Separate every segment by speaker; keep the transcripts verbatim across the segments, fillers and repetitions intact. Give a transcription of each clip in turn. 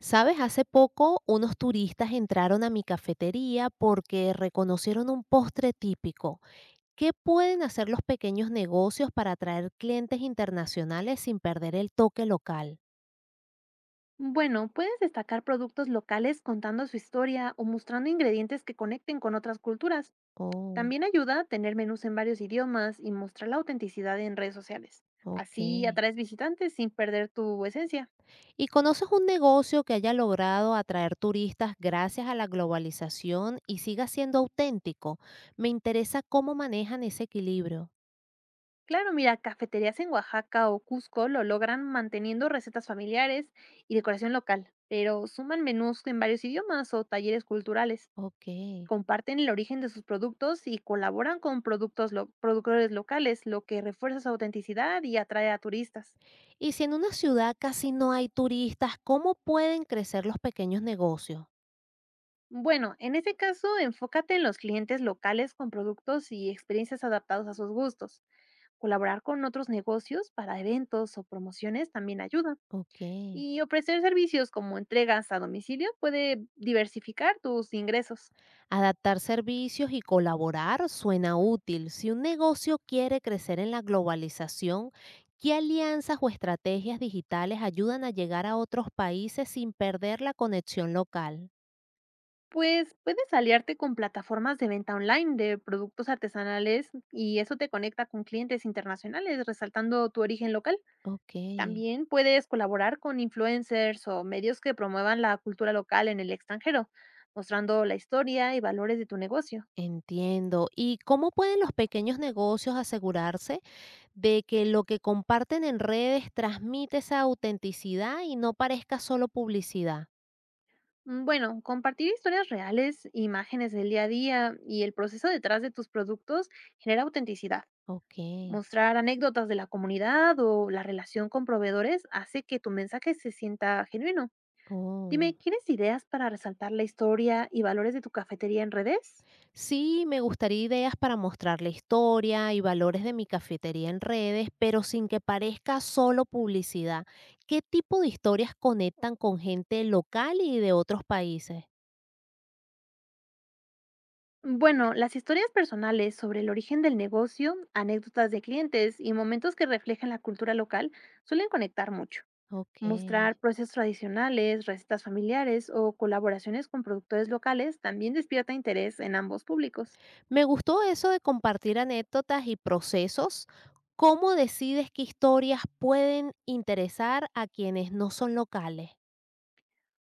Speaker 1: Sabes, hace poco unos turistas entraron a mi cafetería porque reconocieron un postre típico. ¿Qué pueden hacer los pequeños negocios para atraer clientes internacionales sin perder el toque local?
Speaker 2: Bueno, puedes destacar productos locales contando su historia o mostrando ingredientes que conecten con otras culturas.
Speaker 1: Oh,
Speaker 2: También ayuda a tener menús en varios idiomas y mostrar la autenticidad en redes sociales.
Speaker 1: ok.
Speaker 2: Así atraes visitantes sin perder tu esencia.
Speaker 1: ¿Y conoces un negocio que haya logrado atraer turistas gracias a la globalización y siga siendo auténtico? Me interesa cómo manejan ese equilibrio.
Speaker 2: Claro, mira, cafeterías en Oaxaca o Cusco lo logran manteniendo recetas familiares y decoración local, pero suman menús en varios idiomas o talleres culturales.
Speaker 1: Ok.
Speaker 2: Comparten el origen de sus productos y colaboran con productos lo- productores locales, lo que refuerza su autenticidad y atrae a turistas.
Speaker 1: Y si en una ciudad casi no hay turistas, ¿cómo pueden crecer los pequeños negocios?
Speaker 2: Bueno, en este caso, enfócate en los clientes locales con productos y experiencias adaptados a sus gustos. Colaborar con otros negocios para eventos o promociones también ayuda.
Speaker 1: Ok.
Speaker 2: Y ofrecer servicios como entregas a domicilio puede diversificar tus ingresos.
Speaker 1: Adaptar servicios y colaborar suena útil. Si un negocio quiere crecer en la globalización, ¿qué alianzas o estrategias digitales ayudan a llegar a otros países sin perder la conexión local?
Speaker 2: Pues puedes aliarte con plataformas de venta online de productos artesanales y eso te conecta con clientes internacionales, resaltando tu origen local.
Speaker 1: Ok,
Speaker 2: También puedes colaborar con influencers o medios que promuevan la cultura local en el extranjero, mostrando la historia y valores de tu negocio.
Speaker 1: entiendo. ¿Y cómo pueden los pequeños negocios asegurarse de que lo que comparten en redes transmite esa autenticidad y no parezca solo publicidad?
Speaker 2: Mm, Bueno, compartir historias reales, imágenes del día a día y el proceso detrás de tus productos genera autenticidad.
Speaker 1: Ok.
Speaker 2: Mostrar anécdotas de la comunidad o la relación con proveedores hace que tu mensaje se sienta genuino.
Speaker 1: Oh.
Speaker 2: Dime, ¿quieres ideas para resaltar la historia y valores de tu cafetería en redes?
Speaker 1: Sí, me gustaría ideas para mostrar la historia y valores de mi cafetería en redes, pero sin que parezca solo publicidad. ¿Qué tipo de historias conectan con gente local y de otros países?
Speaker 2: Bueno, las historias personales sobre el origen del negocio, anécdotas de clientes y momentos que reflejan la cultura local suelen conectar mucho.
Speaker 1: Ok.
Speaker 2: Mostrar procesos tradicionales, recetas familiares o colaboraciones con productores locales también despierta interés en ambos públicos.
Speaker 1: Me gustó eso de compartir anécdotas y procesos. ¿Cómo decides qué historias pueden interesar a quienes no son locales?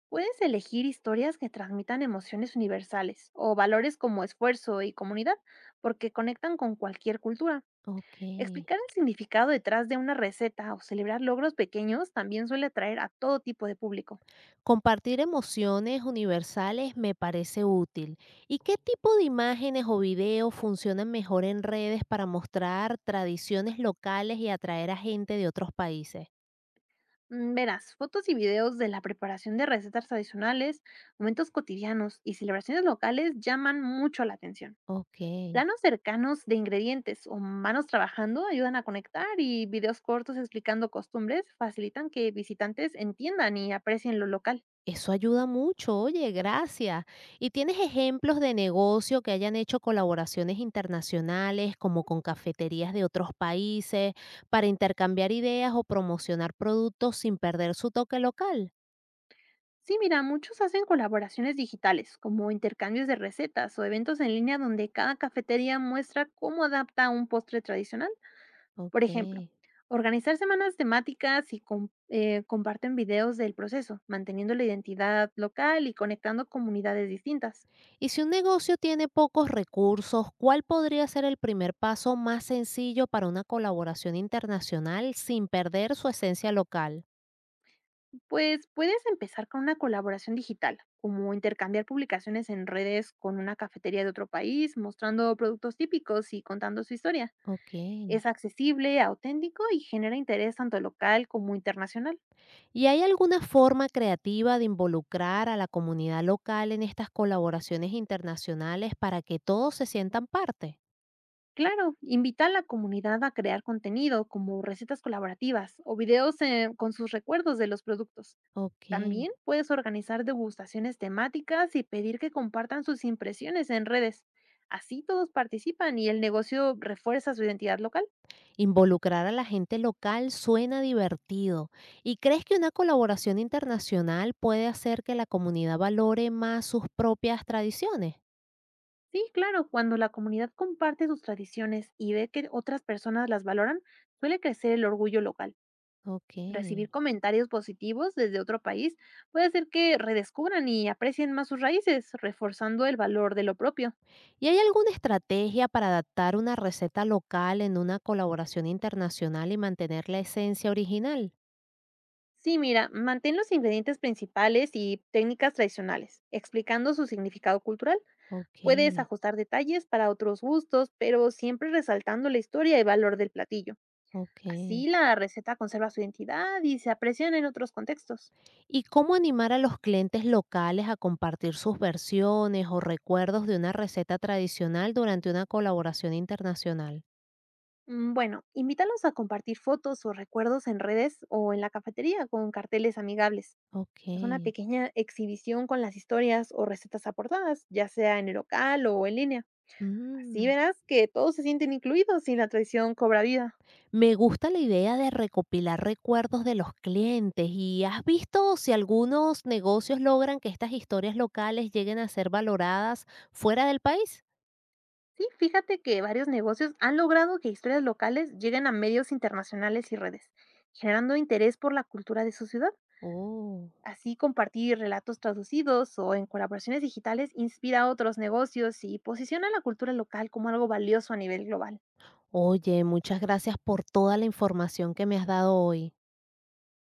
Speaker 2: Puedes elegir historias que transmitan emociones universales o valores como esfuerzo y comunidad, porque conectan con cualquier cultura.
Speaker 1: Ok.
Speaker 2: Explicar el significado detrás de una receta o celebrar logros pequeños también suele atraer a todo tipo de público.
Speaker 1: Compartir emociones universales me parece útil. ¿Y qué tipo de imágenes o videos funcionan mejor en redes para mostrar tradiciones locales y atraer a gente de otros países?
Speaker 2: Mm, Verás, fotos y videos de la preparación de recetas tradicionales, momentos cotidianos y celebraciones locales llaman mucho la atención.
Speaker 1: Ok.
Speaker 2: Planos cercanos de ingredientes o manos trabajando ayudan a conectar y videos cortos explicando costumbres facilitan que visitantes entiendan y aprecien lo local.
Speaker 1: Eso ayuda mucho, oye, gracias. ¿Y tienes ejemplos de negocio que hayan hecho colaboraciones internacionales, como con cafeterías de otros países, para intercambiar ideas o promocionar productos sin perder su toque local?
Speaker 2: Sí, mira, muchos hacen colaboraciones digitales, como intercambios de recetas o eventos en línea donde cada cafetería muestra cómo adapta un postre tradicional. Por ejemplo,
Speaker 1: Ok.
Speaker 2: organizar semanas temáticas y com- eh, comparten videos del proceso, manteniendo la identidad local y conectando comunidades distintas.
Speaker 1: Y si un negocio tiene pocos recursos, ¿cuál podría ser el primer paso más sencillo para una colaboración internacional sin perder su esencia local?
Speaker 2: Pues puedes empezar con una colaboración digital, como intercambiar publicaciones en redes con una cafetería de otro país, mostrando productos típicos y contando su historia.
Speaker 1: Ok.
Speaker 2: Es accesible, auténtico y genera interés tanto local como internacional.
Speaker 1: ¿Y hay alguna forma creativa de involucrar a la comunidad local en estas colaboraciones internacionales para que todos se sientan parte?
Speaker 2: Claro, invita a la comunidad a crear contenido como recetas colaborativas o videos eh, con sus recuerdos de los productos.
Speaker 1: Ok.
Speaker 2: También puedes organizar degustaciones temáticas y pedir que compartan sus impresiones en redes. Así todos participan y el negocio refuerza su identidad local.
Speaker 1: Involucrar a la gente local suena divertido. ¿Y crees que una colaboración internacional puede hacer que la comunidad valore más sus propias tradiciones?
Speaker 2: Sí, claro, cuando la comunidad comparte sus tradiciones y ve que otras personas las valoran, suele crecer el orgullo local.
Speaker 1: Ok.
Speaker 2: Recibir comentarios positivos desde otro país puede hacer que redescubran y aprecien más sus raíces, reforzando el valor de lo propio.
Speaker 1: ¿Y hay alguna estrategia para adaptar una receta local en una colaboración internacional y mantener la esencia original?
Speaker 2: Sí, mira, mantén los ingredientes principales y técnicas tradicionales, explicando su significado cultural.
Speaker 1: Ok,
Speaker 2: Puedes ajustar detalles para otros gustos, pero siempre resaltando la historia y valor del platillo.
Speaker 1: ok.
Speaker 2: Así la receta conserva su identidad y se aprecian en otros contextos.
Speaker 1: ¿Y cómo animar a los clientes locales a compartir sus versiones o recuerdos de una receta tradicional durante una colaboración internacional?
Speaker 2: Mm, Bueno, invítalos a compartir fotos o recuerdos en redes o en la cafetería con carteles amigables.
Speaker 1: Ok.
Speaker 2: Haz una pequeña exhibición con las historias o recetas aportadas, ya sea en el local o en línea. Así
Speaker 1: Mm.
Speaker 2: verás que todos se sienten incluidos y la tradición cobra vida.
Speaker 1: Me gusta la idea de recopilar recuerdos de los clientes. ¿Y has visto si algunos negocios logran que estas historias locales lleguen a ser valoradas fuera del país?
Speaker 2: Sí, fíjate que varios negocios han logrado que historias locales lleguen a medios internacionales y redes, generando interés por la cultura de su ciudad.
Speaker 1: Oh.
Speaker 2: Así compartir relatos traducidos o en colaboraciones digitales inspira a otros negocios y posiciona la cultura local como algo valioso a nivel global.
Speaker 1: Oye, muchas gracias por toda la información que me has dado hoy.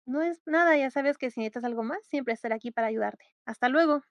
Speaker 2: No es nada, ya sabes que si necesitas algo más, siempre estaré aquí para ayudarte. Hasta luego.